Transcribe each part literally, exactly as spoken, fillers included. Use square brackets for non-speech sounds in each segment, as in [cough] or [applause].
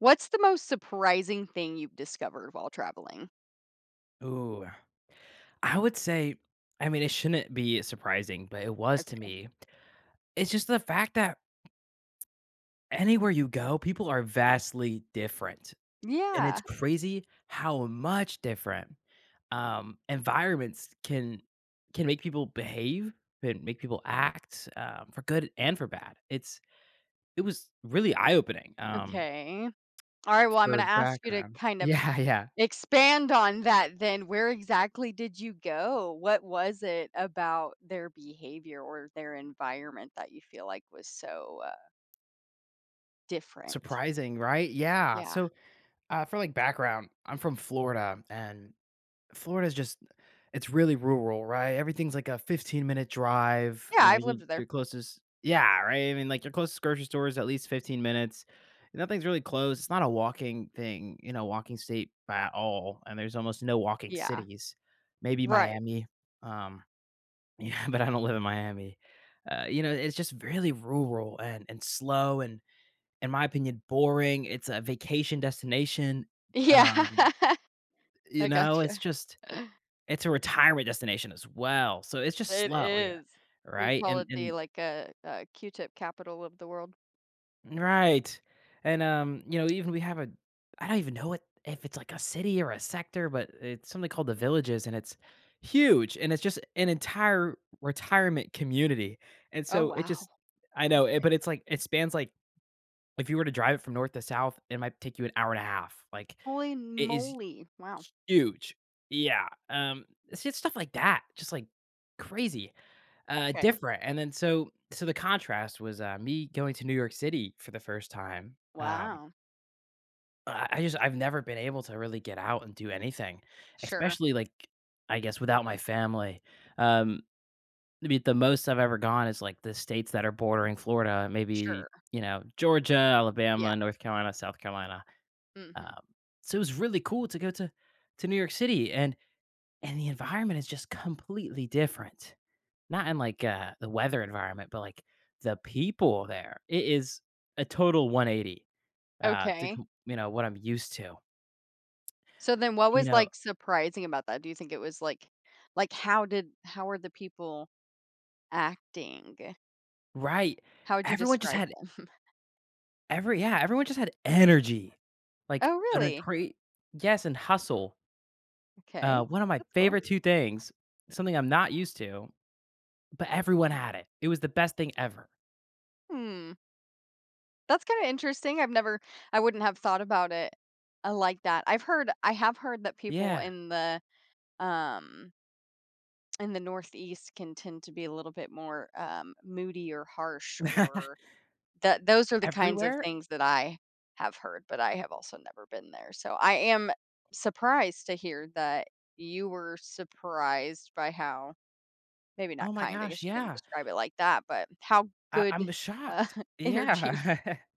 What's the most surprising thing you've discovered while traveling? Ooh, I would say, I mean, it shouldn't be surprising, but it was to Okay. me. It's just the fact that anywhere you go, people are vastly different, and it's Yeah. crazy how much different um, environments can can make people behave and make people act um, for good and for bad. It's it was really eye opening. Mm, Um, Okay. Alright, well, I'm gonna For ask you to background. [laughs] kind of Yeah, yeah. expand on that then. Where exactly did you go? What was it about their behavior or their environment that you feel like was so, uh, different? Surprising, right? Yeah. Yeah. So uh, for like background, I'm from Florida, and Florida's just it's really rural, right? Everything's like a fifteen-minute drive, Yeah, you know, I've your lived there. your closest. Yeah, right? I mean, like, your closest grocery store is at least fifteen minutes. Nothing's really close, it's not a walking thing, you know, walking state by all, and there's almost no walking Yeah. cities. Maybe Right. Miami, um, [laughs] yeah, but I don't live in Miami. Uh, you know, it's just really rural and and slow and, in my opinion, boring. It's a vacation destination, Yeah. um, [laughs] you I know, it's gotcha. just [laughs] it's a retirement destination as well, so it's just It slow here, is. We right? call And it the, and like, a uh, uh, Q-tip capital of the world. Right, and, um, you know, even we have a I don't even know what if it's like a city or a sector, but it's something called The Villages, and it's huge, and it's just an entire retirement community, and Oh, so it wow. just I know, it, but it's like it spans, like if you were to drive it from north to south, it might take you an hour and a half, like, Holy it is moly. Wow. huge. Yeah, um, it's just stuff like that, just, like, crazy. Uh, Okay. different. And then so so the contrast was, uh, me going to New York City for the first time. Um, Wow. I I just I've never been able to really get out and do anything, Sure. especially, like, I guess, without my family. Um, I mean, the most I've ever gone is, like, the states that are bordering Florida, maybe, Sure. you know, Georgia, Yeah. Alabama, North Carolina, South Carolina. Hmm. Um, so it was really cool to go to to New York City, and and the environment is just completely different. Not in like, uh, the weather environment, but, like, the people there. It is a total one eighty, uh, to Okay. com you know, what I'm used to. So then what You was know. like surprising about that? Do you think it was like like how did how were the people acting? Right. How would you Everyone just describe had them? every yeah, everyone just had energy. Like, Oh an a really? great. Yes, and hustle. Okay. Uh, one of my That's cool. favorite two things, something I'm not used to, but everyone had it. It was the best thing ever. Hmm. That's kind of interesting. I've never I wouldn't have thought about it uh, like that. I've heard I have heard that people Yeah. in the um in the Northeast can tend to be a little bit more, um, moody or harsh or [laughs] that those are the kinds of Everywhere? things that I have heard, but I have also never been there. So I am surprised to hear that you were surprised by how maybe not Oh my kind, I gosh, guess you didn't yeah. describe it like that, but how I good, I'm uh, shocked. [laughs] energy. Yeah. [laughs]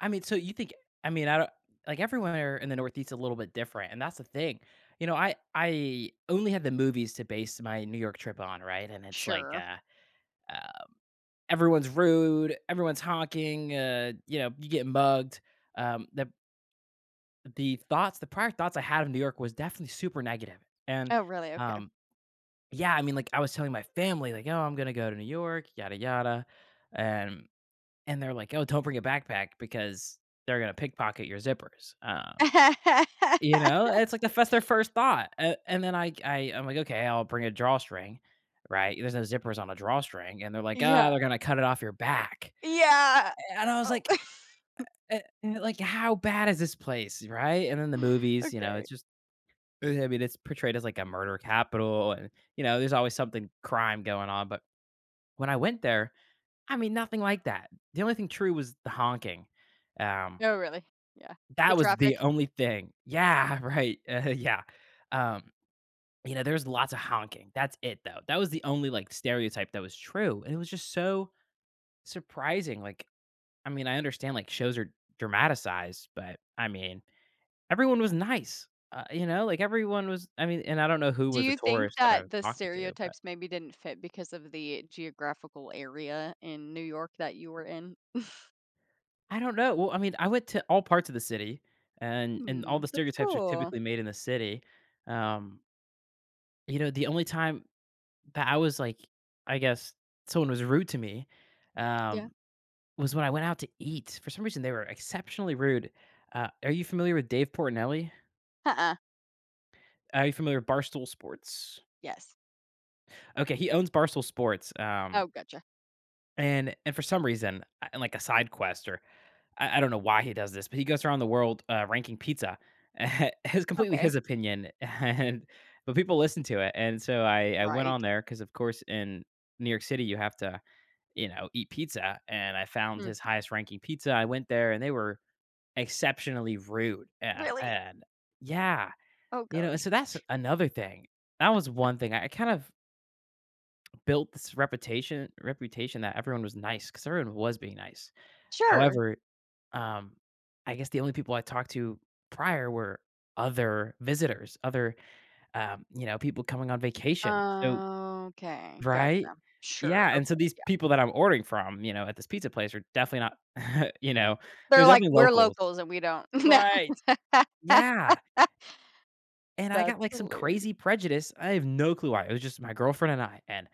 I mean, so you think I mean, I don't like everywhere in the Northeast is a little bit different, and that's the thing. You know, I I only had the movies to base my New York trip on, right? And it's like Sure. uh, uh everyone's rude, everyone's honking, uh, you know, you get mugged. Um the the thoughts, the prior thoughts I had of New York was definitely super negative. And Oh, really? Okay. um yeah, I mean like I was telling my family like, "Oh, I'm going to go to New York, yada yada." And and they're like, "Oh, don't bring a backpack because they're gonna pickpocket your zippers." Um, you know, [laughs] it's like the that's their first thought, a and then I I I'm like, "Okay, I'll bring a drawstring," right? There's no zippers on a drawstring, and they're like, "Ah, Yeah. they're gonna cut it off your back." Yeah. And I was Oh. like, "Eh, eh, like, how bad is this place?" Right? And then the [laughs] movies, you know, Okay. it's just eh, I mean, it's portrayed as like a murder capital and, you know, there's always something crime going on, but when I went there, I mean, nothing like that. The only thing true was the honking, um Oh, really? Yeah. The that was the traffic? only thing. Yeah, [laughs] right, uh, yeah, um, you know, there was lots of honking, that's it, though. That was the only, like, stereotype that was true, and it was just so surprising, like, I mean, I understand, like, shows are dramatized, but, I mean, everyone was nice, uh, you know, like, everyone was I mean, and I don't know who Do was a you think tourist that I that was the talking to, but stereotypes maybe didn't fit because of the geographical area in New York that you were in? I don't know, well, I mean, I went to all parts of the city, and and all Mm, the that's stereotypes are cool. typically made in the city, um, you know, the only time that I was like, I guess someone was rude to me, Yeah. um, was when I went out to eat. For some reason, they were exceptionally rude. Uh, are you familiar with Dave Portnoy? Uh-uh. Are you familiar with Barstool Sports? Yes. Okay, he owns Barstool Sports. Oh, Um, gotcha. And and for some reason, uh, and like a side quest, or I, I don't know why he does this, but he goes around the world uh, ranking pizza. [laughs] It's completely Okay. his opinion, [laughs] and but people listen to it. And so I I went Right. on there because, of course, in New York City, you have to you know, eat pizza. And I found Hmm. his highest ranking pizza. I went there and they were exceptionally rude. Uh, Really? And yeah, Oh you know, gosh. and so that's another thing. That was one thing. I I kind of built this reputation reputation that everyone was nice because everyone was being nice. Sure. However, um, I guess the only people I talked to prior were other visitors, other um, you know, people coming on vacation. So Okay. right? Gotcha. Sure. Yeah, and Okay. so these Yeah. people that I'm ordering from, you know, at this pizza place are definitely not, [laughs] you know, They're they're like, definitely we're locals. locals and we don't. [laughs] No. Right. [laughs] Yeah, and I got, That's like, some hilarious. crazy prejudice. I have no clue why. It was just my girlfriend and I, and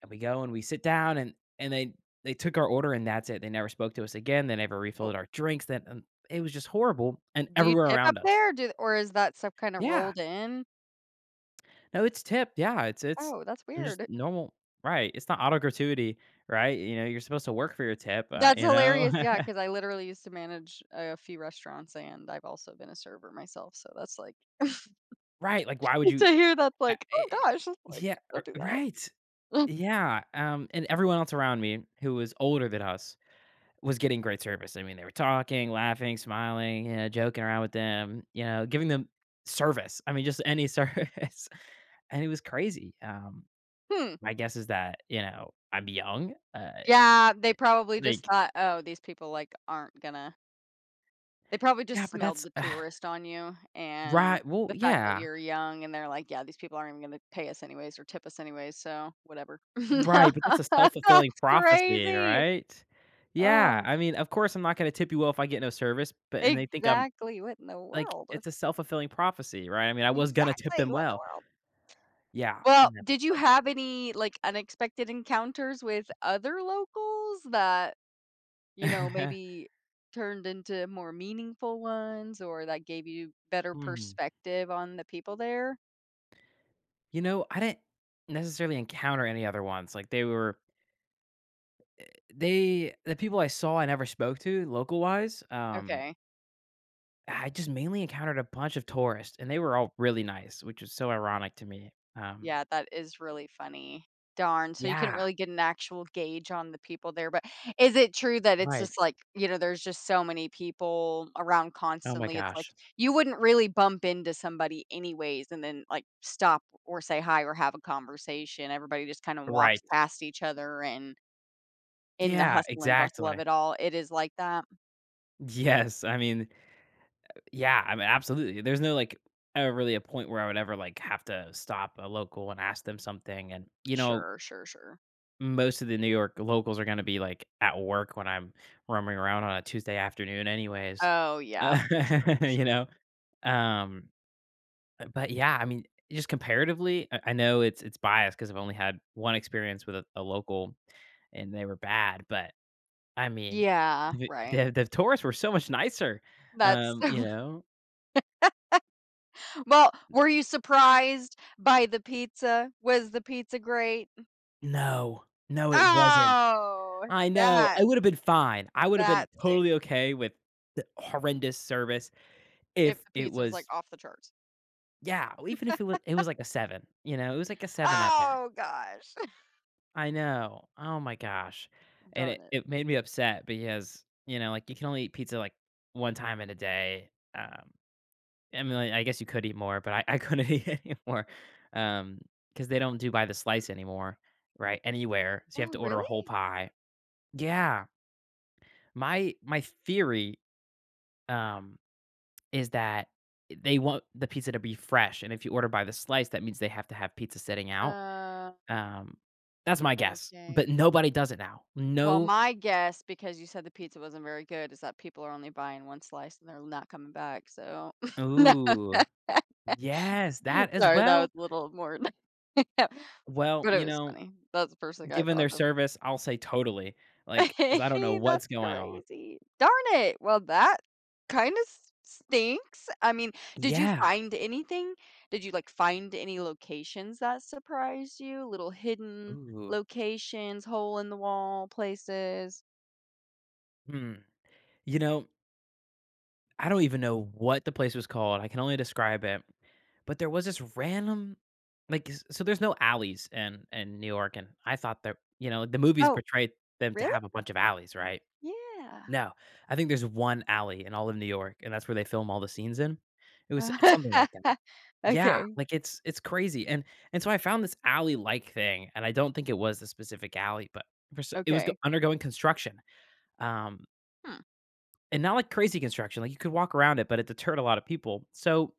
and we go and we sit down and and they they took our order and that's it. They never spoke to us again. They never Oh, refilled our drinks. Then, um, it was just horrible and do you everywhere tip up around us. there? Do Or is that stuff kind of Yeah. rolled in? No, it's tipped, yeah, it's it's Oh, that's I mean, just weird. normal right, it's not auto gratuity, right? You know, you're supposed to work for your tip, uh, That's you know? hilarious, yeah. [laughs] Because I literally used to manage a few restaurants, and I've also been a server myself, so that's, like, [laughs] Right, like, why would to you hear that's I like, I "Oh gosh," it's like, Yeah, "Don't r do that." right, [laughs] yeah, um, and everyone else around me who was older than us was getting great service, I mean, they were talking, laughing, smiling, you know, joking around with them, you know, giving them service, I mean, just any [laughs] service, and it was crazy, um, Hmm. my guess is that, you know, I'm young, uh, Yeah, they probably just like. thought, "Oh, these people, like, aren't gonna," they probably Yeah, just but smelled that's the [sighs] tourist on you, and right, well, the fact that yeah, you're young, and they're like, "Yeah, these people aren't even gonna pay us anyways or tip us anyways, so whatever." right, but [laughs] that's a self-fulfilling That's prophecy, crazy! right? Yeah, Um, I mean, of course, I'm not gonna tip you well if I get no service, but and they think I'm exactly, what in the like, world? it's a self-fulfilling prophecy, right? I mean, I was gonna tip Exactly, them what the well. world? Yeah, Well, no, did you um have any, like, unexpected encounters with other locals that, you know, [laughs] maybe turned into more meaningful ones or that gave you better hmm, perspective on the people there? you know, I didn't necessarily encounter any other ones, like, they were they the people I saw I never spoke to local-wise, um, Okay. I just mainly encountered a bunch of tourists, and they were all really nice, which was so ironic to me, um Yeah, that is really funny. Darn, so you couldn't yeah, really get an actual gauge on the people there, but is it true that it's right. just like, you know, there's just so many people around Oh my constantly, it's like gosh. you wouldn't really bump into somebody anyways and then, like, stop or say hi or have a conversation, everybody just kinda Right. walks past each other and in the Yeah, hustle and bustle of exactly. it all, it is like that? Yes, I mean, yeah, I mean, absolutely. There's no, like, ever really a point where I would ever, like, have to stop a local and ask them something, and, you know, Sure, sure, sure. most of the New York locals are gonna be, like, at work when I'm roaming around on a Tuesday afternoon anyways. Oh, yeah, Uh, for sure, [laughs] for sure. you know? Um, but, yeah, I mean, just comparatively, I I know it's it's biased because 'cause I've only had one experience with a a local, and they were bad, but I mean, Yeah, the right. the the tours were so much nicer, That's. um, you know? Well, were you surprised by the pizza? Was the pizza great? No, no, it wasn't. Oh, I know, I that would've been fine. I would've that been stinks. totally okay with the horrendous service If if the it pizza was, like, was off the charts. yeah, even if it was it was like a seven, you know? It was like a seven at best. Oh gosh, [laughs] I know. Oh my gosh, and darn it it. it made me upset because, you know, like, you can only eat pizza, like, one time in a day, um I mean, like, I guess you could eat more, but I I couldn't [laughs] eat any more, um, because they don't do by the slice anymore, right, anywhere, so you have Oh, to order a whole really? pie. Yeah, my my theory, um, is that they want the pizza to be fresh, and if you order by the slice, that means they have to have pizza sitting out, Uh, um, that's my guess, okay. but nobody does it now. Well, No. my guess, because you said the pizza wasn't very good, is that people are only buying one slice and they're not coming back, so [laughs] No. Ooh, [laughs] yes, that as Sorry, that was well? a little more [laughs] but Well, it you was know, funny. That's the first thing I given thought their of. service, I'll say totally, like, because I don't know [laughs] what's That's going on. crazy. Darn it. Well, that kind of stinks. I mean, did you Yeah. find anything? Did you like find any locations that surprised you? Little hidden Ooh. locations, hole in the wall places? Hmm. You know, I don't even know what the place was called. I can only describe it. But there was this random like s- so there's no alleys in in New York, and I thought that, you know, the movies Oh, portray them to really? have a bunch of alleys, right? Yeah. No. I think there's one alley in all of New York, and that's where they film all the scenes in. It was it's something like that. [laughs] Yeah, Okay. like it's it's crazy. And and so I found this alley like thing, and I don't think it was the specific alley, but for, s- it was go- Okay. undergoing construction. Um Hmm. and not like crazy construction. Like you could walk around it, but it deterred a lot of people. So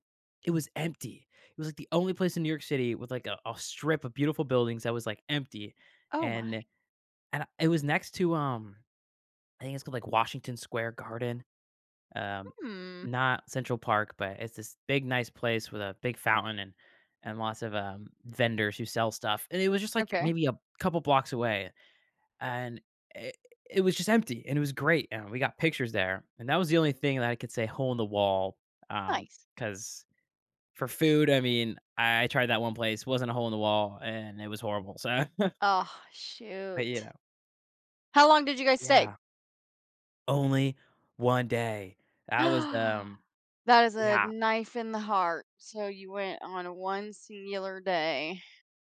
it was empty. It was like the only place in New York City with like a, a strip of beautiful buildings that was like empty, Oh my. and and it was next to um I think it's called like Washington Square Garden, um, Hmm. not Central Park, but it's this big nice place with a big fountain and and lots of um vendors who sell stuff. And it was just like Okay. maybe a couple blocks away, and it it was just empty, and it was great, and we got pictures there, and that was the only thing that I could say hole in the wall. Um, Nice. because for food, I mean, I I tried that one place, wasn't a hole in the wall, and it was horrible, so [laughs] Oh, but, you shoot. know How long did you guys stay? Yeah. Only one day. That was, [gasps] um That is a yeah. knife in the heart. So you went on one singular day.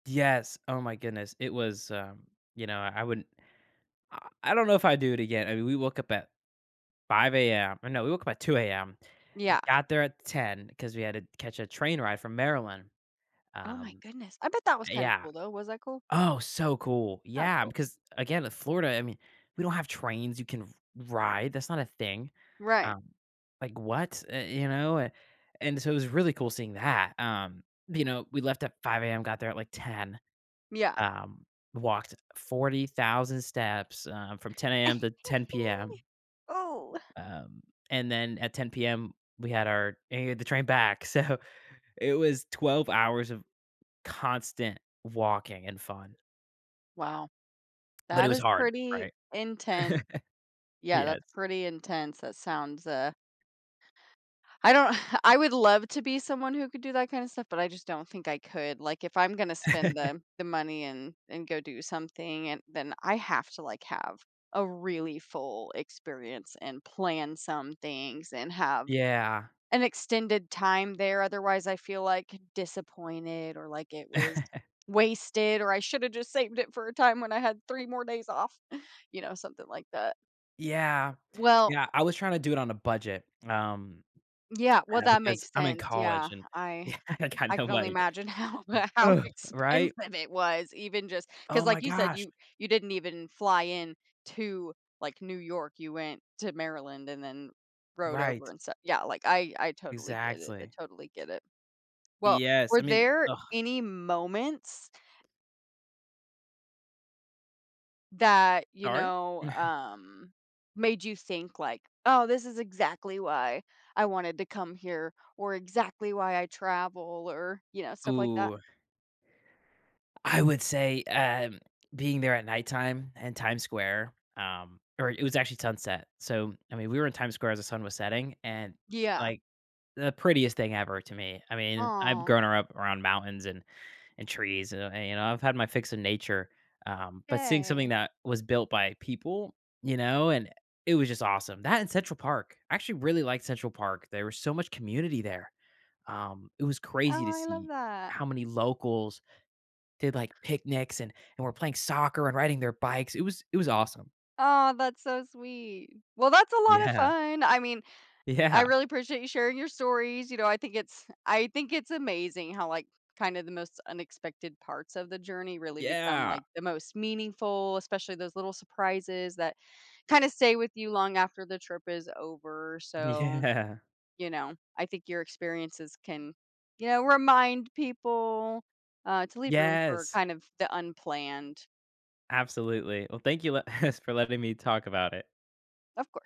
Yes. Oh my goodness. It was, um, you know, I wouldn't I I don't know if I do it again. I mean, we woke up at five a m, or no, we woke up at two a m, Yeah. got there at ten because we had to catch a train ride from Maryland. Oh my Um, goodness. I bet that was kind of yeah. cool though. Was that cool? Oh, so cool. Oh, Yeah, cool. because again, in Florida, I mean, we don't have trains you can ride. That's not a thing. Right. Um, like what? Uh, you know? Uh, And so it was really cool seeing that. Um, you know, we left at five a m, got there at like ten, Yeah. um, walked forty thousand steps, um, from ten a m to [laughs] ten p m. Oh. Um, and then at ten p m, we had our eh, the train back. [laughs] So it was twelve hours of constant walking and fun. Wow. But it That was is hard, pretty right? intense. Yeah, Yes. that's pretty intense. That sounds uh I don't [laughs] I would love to be someone who could do that kind of stuff, but I just don't think I could. Like, if I'm gonna spend [laughs] the the money and and go do something, and then I have to, like, have a really full experience and plan some things and have Yeah. an extended time there. Otherwise, I feel, like, disappointed or like it was [laughs] wasted or I shoulda just saved it for a time when I had three more days off, [laughs] you know, something like that. Yeah. Well, Yeah, I was trying to do it on a budget, um, yeah, well, uh, that because makes I'm in sense, yeah, college, and [laughs] I yeah, I I got no can only money. imagine how [laughs] how Ugh, [sighs] right? expensive it was even just because, Oh my like you said, gosh. you you didn't even fly in to, like, New York, you went to Maryland and then rode Right. over and stuff. Yeah, like, I I totally get it, I Exactly. totally get it. Well, Yes, were I mean there ugh, any moments that, you sorry? know, [sighs] um, made you think like, "Oh, this is exactly why I wanted to come here," or "Exactly why I travel," or, you know, [laughs] stuff like that? Ooh, I would say, um, being there at nighttime and Times Square, um, or it was actually sunset. So, I mean, we were in Times Square as the sun was setting and, Yeah. like the prettiest thing ever to me. I mean, I've Oh. grown her up around mountains and and trees, uh, and, you know, I've had my fix of nature, um, but seeing something Yay. that was built by people, you know, and it was just awesome. That and Central Park. I actually really liked Central Park. There was so much community there. Um, it was crazy Oh, to I love see that. how many locals did, like, picnics and and were playing soccer and riding their bikes. It was it was awesome. Oh, that's so sweet. Well, that's a lot of Yeah. fun. I mean, I Yeah. really appreciate you sharing your stories. You know, I think it's I think it's amazing how, like, kind of the most unexpected parts of the journey really become, Yeah. like, [laughs] the most meaningful, especially those little surprises that kinda stay with you long after the trip is over. So, Yeah. you know, I think your experiences can, you know, remind people, uh, to leave room for Yes. kind of the unplanned. Absolutely. Well, thank you le- [laughs] for letting me talk about it. Of course.